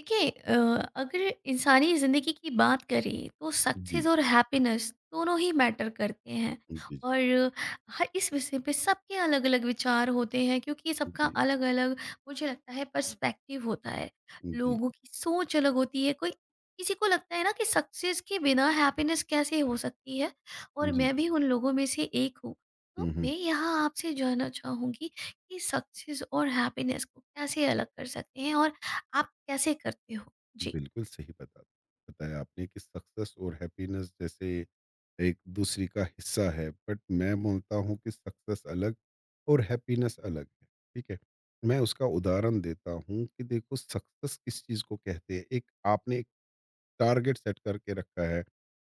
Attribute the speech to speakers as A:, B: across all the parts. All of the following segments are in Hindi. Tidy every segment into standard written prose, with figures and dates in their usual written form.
A: देखिए, अगर इंसानी ज़िंदगी की बात करें तो सक्सेस
B: जी।
A: और हैप्पीनेस दोनों ही मैटर करते हैं।
B: जी, जी।
A: और हर इस विषय पे सबके अलग अलग विचार होते हैं क्योंकि सबका
B: जी,
A: अलग अलग मुझे लगता है पर्सपेक्टिव होता है।
B: जी,
A: लोगों की सोच अलग होती है, कोई किसी को लगता है ना कि सक्सेस के बिना हैप्पीनेस कैसे हो सकती है, और
B: जी।
A: मैं भी उन लोगों में से एक हूँ। तो
B: हुँ,
A: मैं
B: हुँ।
A: यहाँ आपसे जानना चाहूँगी कि सक्सेस और हैप्पीनेस को कैसे अलग कर सकते हैं और आप कैसे करते हो? जी।
B: बिल्कुल सही बताया आपने कि सक्सेस और हैप्पीनेस जैसे एक दूसरी का हिस्सा है। बट मैं बोलता हूँ कि सक्सेस अलग और हैप्पीनेस अलग है, ठीक है? मैं उसका उदाहरण देता हूँ कि देखो सक्सेस किस चीज़ को कहते हैं। एक आपने एक टारगेट सेट करके रखा है।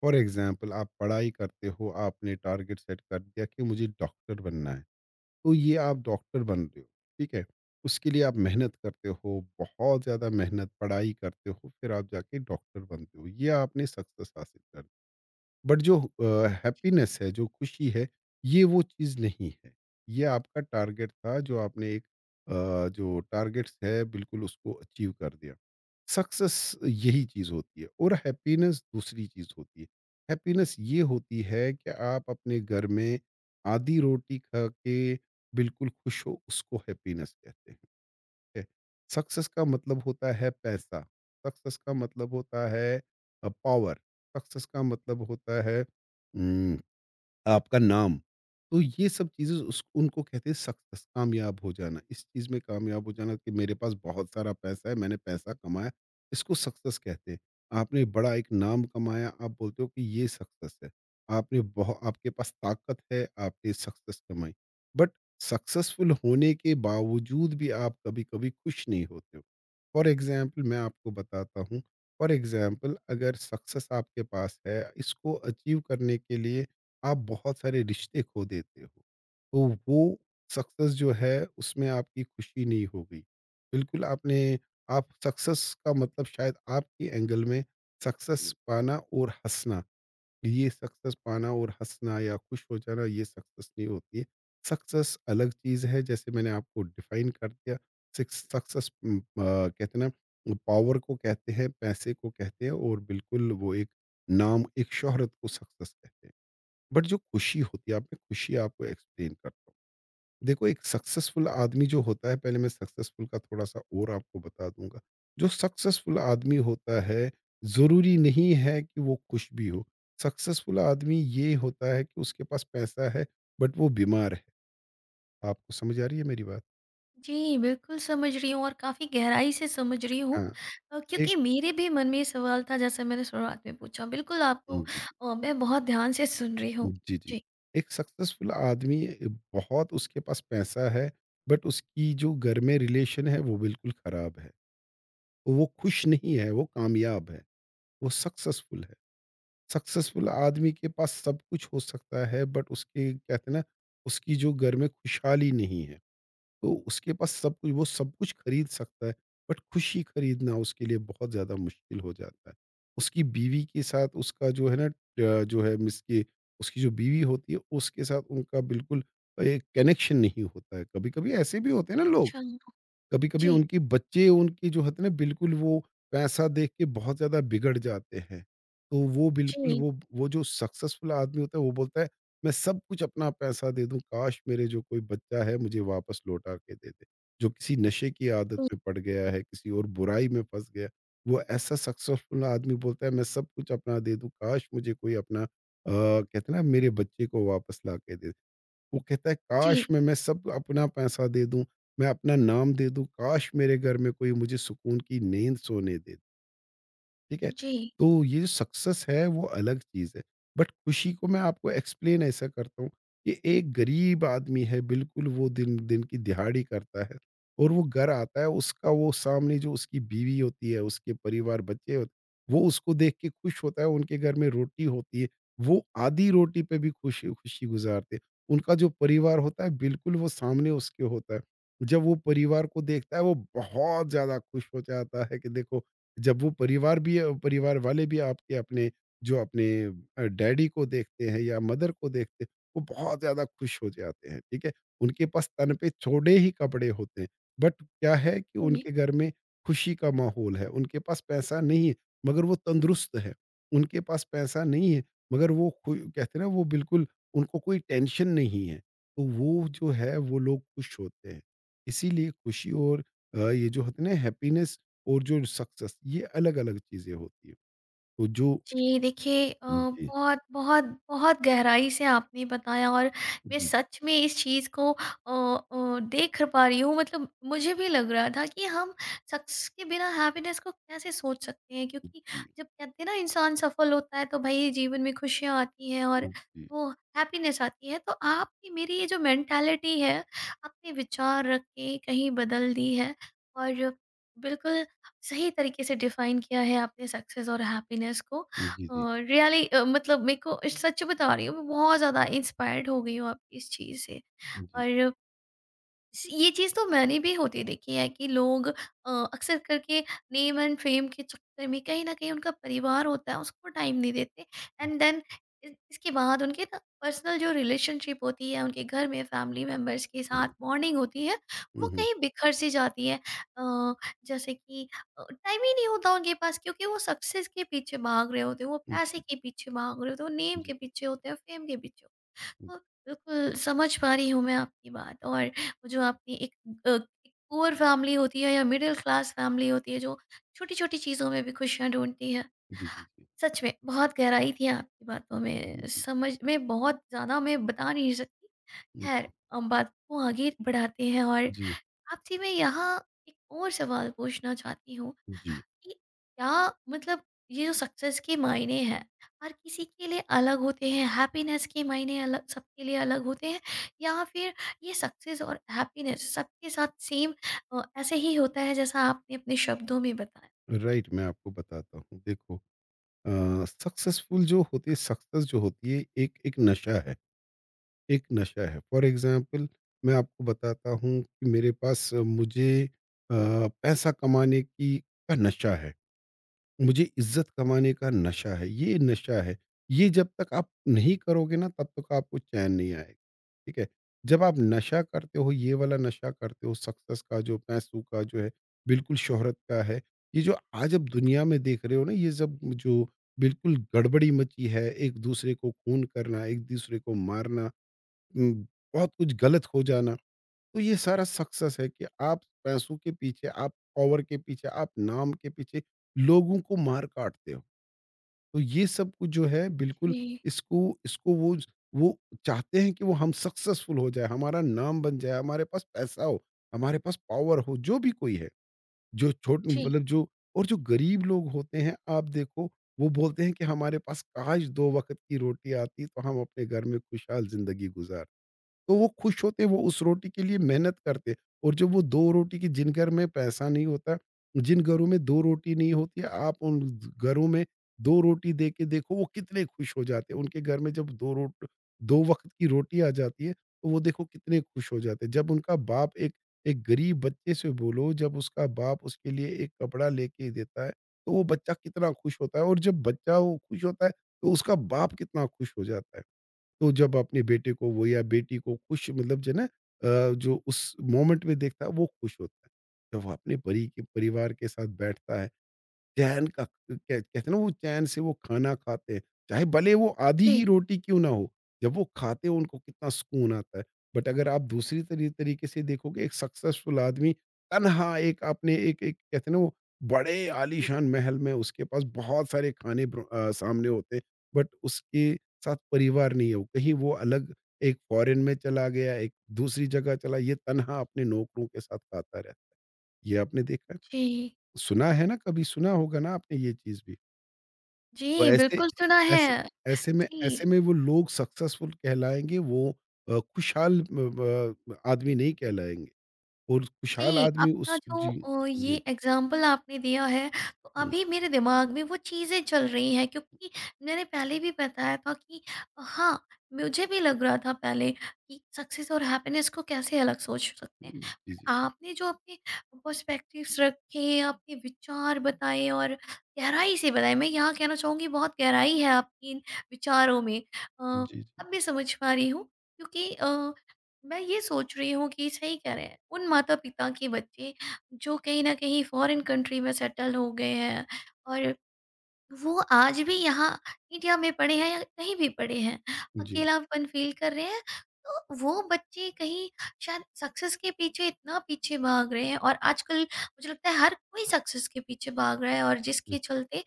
B: फॉर एग्ज़ाम्पल आप पढ़ाई करते हो, आपने टारगेट सेट कर दिया कि मुझे डॉक्टर बनना है। तो ये आप डॉक्टर बन रहे हो, ठीक है? उसके लिए आप मेहनत करते हो, बहुत ज़्यादा मेहनत, पढ़ाई करते हो, फिर आप जाके डॉक्टर बनते हो। ये आपने सक्सेस हासिल कर। बट जो हैप्पीनेस है, जो खुशी है, ये वो चीज़ नहीं है। ये आपका टारगेट था जो आपने अ, जो टारगेट्स है बिल्कुल उसको अचीव कर दिया। सक्सेस यही चीज़ होती है और हैप्पीनेस दूसरी चीज़ होती है। हैप्पीनेस ये होती है कि आप अपने घर में आधी रोटी खा के बिल्कुल खुश हो, उसको हैप्पीनेस कहते हैं। सक्सेस का मतलब होता है पैसा। सक्सेस का मतलब होता है पावर। सक्सेस का मतलब होता है आपका नाम। तो ये सब चीज़ें उस उनको कहते हैं सक्सेस कामयाब हो जाना। इस चीज़ में कामयाब हो जाना कि मेरे पास बहुत सारा पैसा है, मैंने पैसा कमाया, इसको सक्सेस कहते हैं। आपने बड़ा एक नाम कमाया, आप बोलते हो कि ये सक्सेस है। आपने बहु आपके पास ताकत है, आपने सक्सेस कमाई। बट सक्सेसफुल होने के बावजूद भी आप कभी-कभी खुश नहीं होते हो। फॉर एग्ज़ाम्पल मैं आपको बताता हूँ, फॉर एग्ज़ाम्पल अगर सक्सेस आपके पास है, इसको अचीव करने के लिए आप बहुत सारे रिश्ते खो देते हो। तो वो सक्सेस जो है उसमें आपकी खुशी नहीं होगी। बिल्कुल आपने आप सक्सेस का मतलब शायद आपके एंगल में सक्सेस पाना और हँसना, ये सक्सेस पाना और हँसना या खुश हो जाना ये सक्सेस नहीं होती है। सक्सेस अलग चीज़ है जैसे मैंने आपको डिफ़ाइन कर दिया। सिक्स सक्सेस कहते हैं ना पावर को कहते हैं, पैसे को कहते हैं और बिल्कुल वो एक नाम, एक शोहरत को सक्सेस कहते हैं। बट जो खुशी होती है आप मैं खुशी आपको एक्सप्लेन करता हूँ। देखो एक सक्सेसफुल आदमी जो होता है पहले मैं सक्सेसफुल का थोड़ा सा और आपको बता दूंगा। जो सक्सेसफुल आदमी होता है ज़रूरी नहीं है कि वो खुश भी हो। सक्सेसफुल आदमी ये होता है कि उसके पास पैसा है बट वो बीमार है। आपको समझ आ रही है मेरी बात?
A: जी, बिल्कुल समझ रही हूँ और काफ़ी गहराई से समझ रही हूँ।
B: हाँ, एक
A: क्योंकि मेरे भी मन में ये सवाल था जैसा मैंने शुरुआत में पूछा। बिल्कुल आपको
B: जी,
A: अ, मैं बहुत ध्यान से सुन रही हूँ।
B: जी, जी।
A: जी,
B: एक सक्सेसफुल आदमी बहुत उसके पास पैसा है बट उसकी जो घर में रिलेशन है वो बिल्कुल ख़राब है। वो खुश नहीं है, वो कामयाब है, वो सक्सेसफुल है। सक्सेसफुल आदमी के पास सब कुछ हो सकता है बट उसके कहते हैं ना, उसकी जो घर में खुशहाली नहीं है, तो उसके पास सब कुछ वो सब कुछ खरीद सकता है बट खुशी खरीदना उसके लिए बहुत ज़्यादा मुश्किल हो जाता है। उसकी बीवी के साथ उसका जो है ना अ, जो है मिसके उसकी जो बीवी होती है, उसके साथ उनका बिल्कुल एक कनेक्शन नहीं होता है। कभी-कभी ऐसे भी होते हैं ना लोग।
A: अच्छा जी,
B: कभी-कभी
A: जी,
B: उनके बच्चे उनके जो होते हैं ना बिल्कुल वो पैसा देख के बहुत ज़्यादा बिगड़ जाते हैं। तो वो बिल्कुल वो जो सक्सेसफुल आदमी होता है वो बोलता है मैं सब कुछ अपना पैसा दे दूँ, काश मेरे जो कोई बच्चा है मुझे वापस लौटा के दे दे। जो किसी नशे की आदत
A: जी,
B: में पड़ गया है, किसी और बुराई में फँस गया, वो ऐसा सक्सेसफुल आदमी बोलता है मैं सब कुछ अपना दे दूँ, काश मुझे कोई अपना कहते हैं ना मेरे बच्चे को वापस ला के दे। वो कहता है काश
A: जी,
B: मैं सब अपना पैसा दे दूं मैं अपना नाम दे दूं काश मेरे घर में कोई मुझे सुकून की नींद सोने दे दे। ठीक है?
A: जी,
B: तो ये जो सक्सेस है वो अलग चीज़ है। बट खुशी को मैं आपको एक्सप्लेन ऐसा करता हूँ कि एक गरीब आदमी है बिल्कुल वो दिन दिन की दिहाड़ी करता है और वो घर आता है उसका वो सामने जो उसकी बीवी होती है, उसके परिवार बच्चे होते वो उसको देख के खुश होता है, उनके घर में रोटी होती है, वो आधी रोटी पे भी खुशी खुशी गुज़ारते हैं। उनका जो परिवार होता है बिल्कुल वो सामने उसके होता है। जब वो परिवार को देखता है वो बहुत ज़्यादा खुश हो जाता है कि देखो जब वो परिवार भी परिवार वाले भी आपके अपने जो अपने डैडी को देखते हैं या मदर को देखते हैं, वो बहुत ज़्यादा खुश हो जाते हैं, ठीक है? उनके पास तन पे चौड़े ही कपड़े होते हैं, बट क्या है कि
A: जी।
B: उनके घर में खुशी का माहौल है, उनके पास पैसा नहीं है, मगर वो तंदुरुस्त है। उनके पास पैसा नहीं है, मगर वो खु कहते हैं ना वो बिल्कुल उनको कोई टेंशन नहीं है, तो वो जो है वो लोग खुश होते हैं। इसीलिए खुशी और ये जो होते हैं ना हैप्पीनेस और जो सक्सेस ये अलग-अलग चीज़ें होती है। तो जो।
A: जी, देखिए,
B: जी।
A: बहुत बहुत बहुत गहराई से आपने बताया। और मैं
B: जी,
A: सच में इस चीज़ को देख पा रही हूँ, मतलब मुझे भी लग रहा था कि हम सक्सेस के बिना हैप्पीनेस को कैसे सोच सकते हैं,
B: जी,
A: क्योंकि
B: जी,
A: जब कहते हैं ना इंसान सफल होता है तो भाई जीवन में खुशियाँ आती हैं। और
B: जी, जी,
A: वो हैप्पीनेस आती है तो आपकी मेरी ये जो मेंटालिटी है, आपने विचार रख के कहीं बदल दी है। और बिल्कुल सही तरीके से डिफाइन किया है आपने सक्सेस और हैप्पीनेस को।
B: जी, जी।
A: रियली मतलब मेरे को सच बता रही हूँ, मैं बहुत ज़्यादा इंस्पायर्ड हो गई हूँ आप इस चीज़ से। और ये चीज़ तो मैंने भी होती देखी है कि लोग अक्सर करके नेम एंड फेम के चक्कर में कहीं ना कहीं उनका परिवार होता है उसको टाइम नहीं देते। एंड देन इसके बाद उनके ना पर्सनल जो रिलेशनशिप होती है, उनके घर में फैमिली मेम्बर्स के साथ बॉन्डिंग होती है, वो
B: हुँ, हुँ,
A: कहीं बिखर सी जाती है। अ, जैसे कि टाइम ही नहीं होता उनके पास क्योंकि वो सक्सेस के पीछे भाग रहे होते हैं, वो
B: हुँ,
A: पैसे
B: जी,
A: के पीछे भाग रहे होते हैं, वो
B: जी,
A: नेम
B: जी,
A: के
B: जी,
A: पीछे होते हैं, फेम के पीछे होते हैं। हाँ, बिल्कुल समझ पा रही हूँ मैं आपकी बात। और वो जो आपने एक अ, एक पुअर फैमिली होती है या मिडिल क्लास फैमिली होती है जो छोटी-छोटी चीज़ों में भी खुशियाँ ढूँढती है।
B: जी, जी,
A: सच में बहुत गहराई थी आपकी बातों में, समझ में बहुत ज़्यादा मैं बता नहीं सकती। ख़ैर हम बात को आगे बढ़ाते हैं और
B: जी,
A: आपसे मैं यहाँ एक और सवाल पूछना चाहती हूँ
B: जी।
A: कि क्या, मतलब, ये जो सक्सेस के मायने हैं, हर किसी के लिए अलग होते हैं, हैप्पीनेस के मायने अलग सबके लिए अलग होते हैं, या फिर ये सक्सेस और हैप्पीनेस सबके साथ सेम ऐसे ही होता है जैसा आपने अपने शब्दों में बताया?
B: राइट, मैं आपको बताता हूँ। देखो सक्सेस जो होती है एक एक नशा है, एक नशा है। फॉर एग्ज़ाम्पल मैं आपको बताता हूँ कि मुझे पैसा कमाने की का नशा है। मुझे इज्जत कमाने का नशा है। ये जब तक आप नहीं करोगे ना तब तक आपको चैन नहीं आएगा, ठीक है? जब आप नशा करते हो, ये वाला नशा करते हो सक्सेस का जो पैसों का जो है, बिल्कुल शोहरत का है। ये जो आज आप दुनिया में देख रहे हो ना ये सब जो बिल्कुल गड़बड़ी मची है, एक-दूसरे को खून करना, एक-दूसरे को मारना उम, बहुत कुछ गलत हो जाना। तो ये सारा सक्सेस है कि आप पैसों के पीछे, आप पावर के पीछे, आप नाम के पीछे लोगों को मार काटते हो। तो ये सब कुछ जो है बिल्कुल
A: जी,
B: इसको इसको वो चाहते हैं कि वो हम सक्सेसफुल हो जाए, हमारा नाम बन जाए, हमारे पास पैसा हो, हमारे पास पावर हो, जो भी कोई है। जो छोट
A: जी,
B: मतलब जो और जो गरीब लोग होते हैं आप देखो वो बोलते हैं कि हमारे पास काश 2 वक़्त की रोटी आती तो हम अपने घर में खुशहाल ज़िंदगी गुजार तो वो खुश होते, वो उस रोटी के लिए मेहनत करते और जब वो 2 रोटी की जिन घर में पैसा नहीं होता, जिन घरों में 2 रोटी नहीं होती, आप उन घरों में 2 रोटी दे के देखो, वो कितने खुश हो जाते हैं। उनके घर में जब 2 रोट 2 वक़्त की रोटी आ जाती है, तो वो देखो कितने खुश हो जाते हैं। जब उनका बाप एक एक गरीब बच्चे से बोलो, जब उसका बाप उसके लिए एक कपड़ा लेके देता है, तो वो बच्चा कितना खुश होता है और जब बच्चा वो खुश होता है, तो उसका बाप कितना खुश हो जाता है। तो जब अपने बेटे को वो या बेटी को खुश मतलब जो है ना जो उस मोमेंट में देखता है वो खुश होता है जब वो अपने परी के परिवार के साथ बैठता है चैन का कह कहते हैं ना वो चैन से वो खाना खाते हैं। चाहे भले वो आधी
A: जी,
B: ही रोटी क्यों ना हो, जब वो खाते हैं उनको कितना सुकून आता है। बट अगर आप दूसरी तरीके से देखोगे एक सक्सेसफुल आदमी तन्हा एक अपने एक एक कहते हैं ना वो बड़े आलीशान महल में उसके पास बहुत सारे खाने सामने होते हैं बट उसके साथ परिवार नहीं है। वो कहीं वो अलग एक फ़ॉरेन में चला गया, एक दूसरी जगह चला, ये तन्हा अपने नौकरों के साथ खाता रहा। ये आपने देखा है?
A: जी,
B: सुना है ना कभी, सुना होगा ना आपने ये चीज़ भी।
A: जी
B: तो ऐसे
A: बिल्कुल सुना है।
B: ऐसे ऐसे में
A: जी,
B: ऐसे में वो लोग सक्सेसफुल कहलाएँगे, वो खुशहाल ब ब आदमी नहीं कहलाएँगे और खुशहाल
A: जी,
B: आदमी
A: आपका
B: उस
A: जो
B: जी,
A: अ, ये
B: जी।
A: एग्ज़ाम्पल आपने दिया है, तो
B: हुँ,
A: अभी मेरे दिमाग में वो चीज़ें चल रही हैं क्योंकि मैंने पहले भी बताया था कि हाँ, मुझे भी लग रहा था पहले कि सक्सेस और हैप्पीनेस को कैसे अलग सोच सकते हैं।
B: हुँ,
A: बट
B: जी, जी।
A: आपने जो अपने पर्सपेक्टिव्स रखे, अपने विचार बताए और गहराई से बताए, मैं यहाँ कहना चाहूँगी बहुत गहराई है आपकी इन विचारों में।
B: जी, जी।
A: अब मैं समझ पा रही हूँ क्योंकि मैं ये सोच रही हूँ कि सही कह रहे हैं। उन माता-पिता के बच्चे जो कहीं न कहीं फ़ॉरेन कंट्री में सेटल हो गए हैं, और वो आज भी यहाँ इंडिया में पढ़े हैं या कहीं भी पढ़े हैं,
B: जी,
A: अकेलापन फ़ील कर रहे हैं, तो वो बच्चे कहीं शायद सक्सेस के पीछे इतना पीछे भाग रहे हैं। और आजकल मुझे लगता है हर कोई सक्सेस के पीछे भाग रहा है और जिसके चलते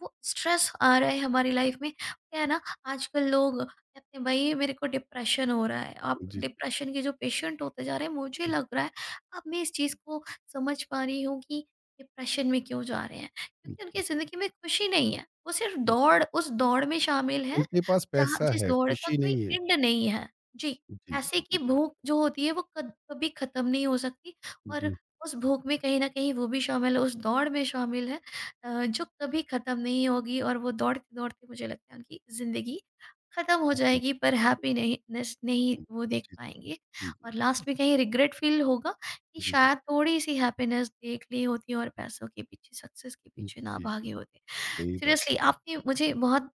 A: वो स्ट्रेस आ रहा है हमारी लाइफ में। क्या है ना, आजकल लोग कहते हैं भई मेरे को डिप्रेशन हो रहा है, आप
B: जी, जी,
A: डिप्रेशन के जो पेशेंट होते जा रहे हैं मुझे लग रहा है। अब मैं इस चीज़ को समझ पा रही हूँ कि डिप्रेशन में क्यों जा रहे हैं।
B: जी,
A: क्योंकि उनकी
B: जी।
A: ज़िंदगी में खुशी नहीं है। वो सिर्फ़ दौड़ उस दौड़ में शामिल हैं,
B: उनके पास
A: जहाँ
B: पैसा
A: जिस
B: है,
A: दौड़ का
B: खुशी
A: कोई
B: नहीं है।
A: एंड नहीं है। जी,
B: जी,
A: पैसे
B: जी,
A: की
B: जी,
A: भूख जो होती है वो कद कभी ख़त्म नहीं हो सकती। और
B: जी,
A: उस भूख में कहीं न कहीं वो भी शामिल है, उस दौड़ में शामिल है जो कभी ख़त्म नहीं होगी। और वो दौड़ते-दौड़ते मुझे लगता है उनकी ज़िंदगी ख़त्म हो जाएगी, पर हैप्पीनेही नेस नहीं
B: हुँ,
A: वो देख
B: जी, जी,
A: पाएँगे।
B: जी,
A: और
B: जी,
A: लास्ट में कहीं रिग्रेट फ़ील होगा कि
B: जी, जी,
A: शायद थोड़ी-सी हैप्पीनेस देख ली होती और पैसों के पीछे, सक्सेस के
B: हुँ,
A: पीछे ना
B: जी, जी,
A: भागे होते।
B: सही बात।
A: सीरियसली आपने मुझे बहुत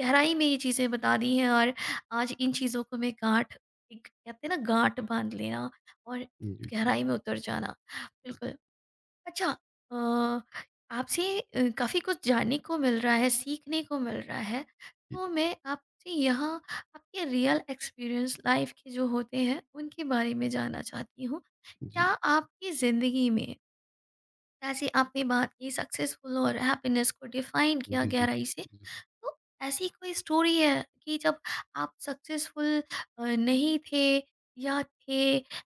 A: गहराई में ये चीज़ें बता दी हैं। और आज इन चीज़ों को मैं गाँठ, एक कहते हैं ना गाँठ बाँध लेना और
B: जी, जी, जी,
A: गहराई में उतर जाना। बिल्कुल। अच्छा अ, आपसे काफ़ी कुछ जानने को मिल रहा है, सीखने को मिल रहा है। तो मैं आपसे यहाँ आपके रियल एक्सपीरियंस लाइफ़ के जो होते हैं, उनके बारे में जानना चाहती हूँ, क्या
B: जी,
A: आपकी ज़िंदगी में जैसे आपने बात की सक्सेसफुल और हैप्पीनेस को डिफाइन
B: जी,
A: किया
B: जी, जी,
A: गहराई से, तो ऐसी कोई स्टोरी है कि जब आप सक्सेसफुल नहीं थे या थे,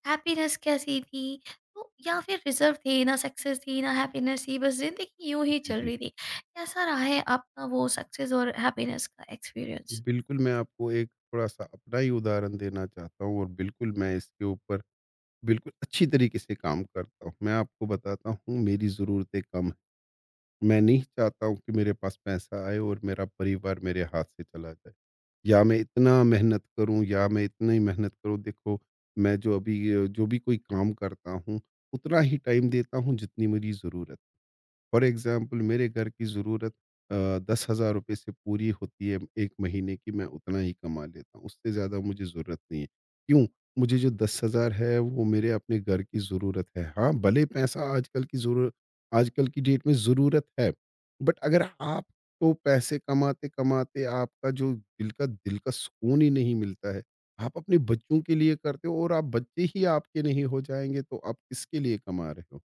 A: हैप्पीनेस कैसी थी, तो या फिर रिजर्व थे ना सक्सेस थी ना हैप्पीनेस थी, बस जिंदगी यूं ही
B: जी,
A: चल
B: जी।
A: रही थी? कैसा रहा है आपका वो सक्सेस और हैप्पीनेस का एक्सपीरियंस?
B: बिल्कुल, मैं आपको एक थोड़ा-सा अपना ही उदाहरण देना चाहता हूँ और बिल्कुल मैं इसके ऊपर बिल्कुल अच्छी तरीके से काम करता हूँ। मैं आपको बताता हूँ मेरी ज़रूरतें कम हैं। मैं नहीं चाहता हूँ कि मेरे पास पैसा आए और मेरा परिवार मेरे हाथ से चला जाए। या मैं इतना मेहनत करूँ या मैं इतनी मेहनत करूँ देखो मैं जो अभी जो भी कोई काम करता हूँ, उतना ही टाइम देता हूँ जितनी मेरी ज़रूरत। फॉर एग्ज़ाम्पल मेरे घर की ज़रूरत ₹10,000 से पूरी होती है 1 महीने की, मैं उतना ही कमा लेता हूँ, उससे ज़्यादा मुझे ज़रूरत नहीं है। क्यों? मुझे जो 10,000 है वो मेरे अपने घर की ज़रूरत है। हाँ, भले पैसा आजकल की डेट में ज़रूरत है, बट अगर आपको पैसे कमाते-कमाते आपका जो दिल का सुकून ही नहीं मिलता है, आप अपने बच्चों के लिए करते हो और आप बच्चे ही आपके नहीं हो जाएँगे, तो आप किसके लिए कमा रहे हो?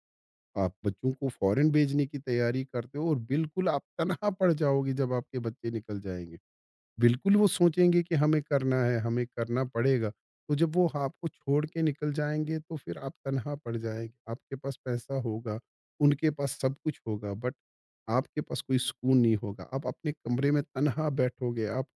B: आप बच्चों को फॉरेन भेजने की तैयारी करते हो और बिल्कुल आप तनहा पड़ जाओगे जब आपके बच्चे निकल जाएंगे। बिल्कुल वो सोचेंगे कि हमें करना है, हमें करना पड़ेगा। तो जब वो ह आपको छोड़ के निकल जाएँगे तो फिर आप तन्हा पड़ जाएँगे। आपके पास पैसा होगा, उनके पास सब कुछ होगा बट आपके पास कोई सुकून नहीं होगा। आप अपने कमरे में तन्हा बैठोगे, आप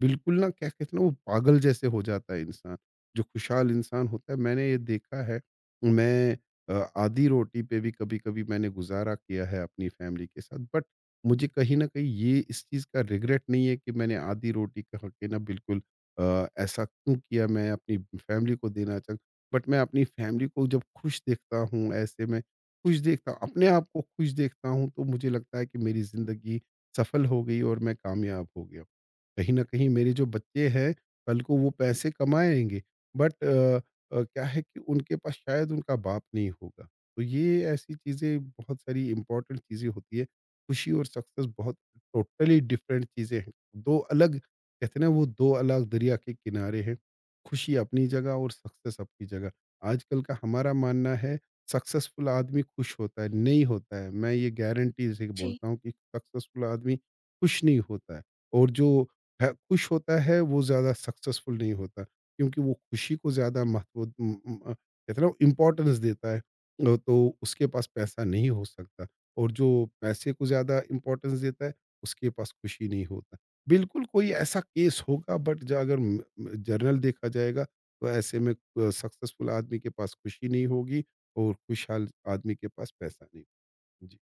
B: बिल्कुल ना क्या कहते हैं ना वो पागल जैसे हो जाता है इंसान। जो खुशहाल इंसान होता है मैंने ये देखा है, मैं आधी रोटी पे भी कभी-कभी मैंने गुज़ारा किया है अपनी फैमिली के साथ बट मुझे कहीं न कहीं ये इस चीज़ का रिग्रेट नहीं है कि मैंने आधी रोटी खा के ना बिल्कुल ऐसा क्यों किया मैं अपनी फैमिली को देना चाह बट मैं अपनी फैमिली को जब खुश देखता हूँ, ऐसे में खुश देखता हूँ, अपने आप को खुश देखता हूँ, तो मुझे लगता है कि मेरी ज़िंदगी सफल हो गई और मैं कामयाब हो गया। कहीं न कहीं मेरे जो बच्चे हैं, कल को वो पैसे कमाएँगे बट क्या है कि उनके पास शायद उनका बाप नहीं होगा। तो ये ऐसी चीज़ें बहुत सारी इम्पोर्टेंट चीज़ें होती है, खुशी और सक्सेस बहुत टोटली डिफरेंट चीज़ें हैं। 2 अलग कहते हैं ना वो 2 अलग दरिया के किनारे हैं। खुशी अपनी जगह और सक्सेस अपनी जगह। आजकल का हमारा मानना है सक्सेसफुल आदमी खुश होता है, नहीं होता है। मैं ये गारंटी से
A: जी,
B: बोलता हूँ कि सक्सेसफुल आदमी खुश नहीं होता है और जो है खुश होता है वो ज़्यादा सक्सेसफुल नहीं होता। क्योंकि वो खुशी को ज़्यादा महत्व कहते हैं ना इम्पोर्टेंस देता है। तो उसके पास पैसा नहीं हो सकता। और जो पैसे को ज़्यादा इम्पोर्टेंस देता है, उसके पास खुशी नहीं होता। बिल्कुल कोई ऐसा केस होगा बट ज अगर म जनरल देखा जाएगा तो ऐसे में सक्सेसफुल आदमी के पास खुशी नहीं होगी और खुशहाल आदमी के पास पैसा नहीं। जी।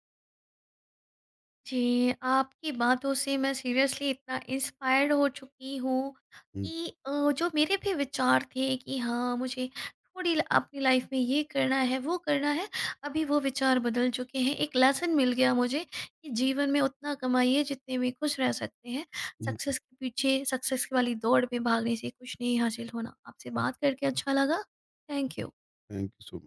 A: जी, आपकी बातों से मैं सीरियसली इतना इंस्पायर्ड हो चुकी हूँ
B: हुँ,
A: कि जो मेरे भी विचार थे कि हाँ, मुझे थोड़ी ल अपनी लाइफ में ये करना है, वो करना है, अभी वो विचार बदल चुके हैं। एक लेसन मिल गया मुझे कि जीवन में उतना कमाइए जितने में खुश रह सकते हैं।
B: हुँ, जी।
A: सक्सेस के पीछे सक्सेस वाली दौड़ में भागने से कुछ नहीं हासिल होना। आपसे बात करके अच्छा लगा। Thank you.
B: Thank you so much.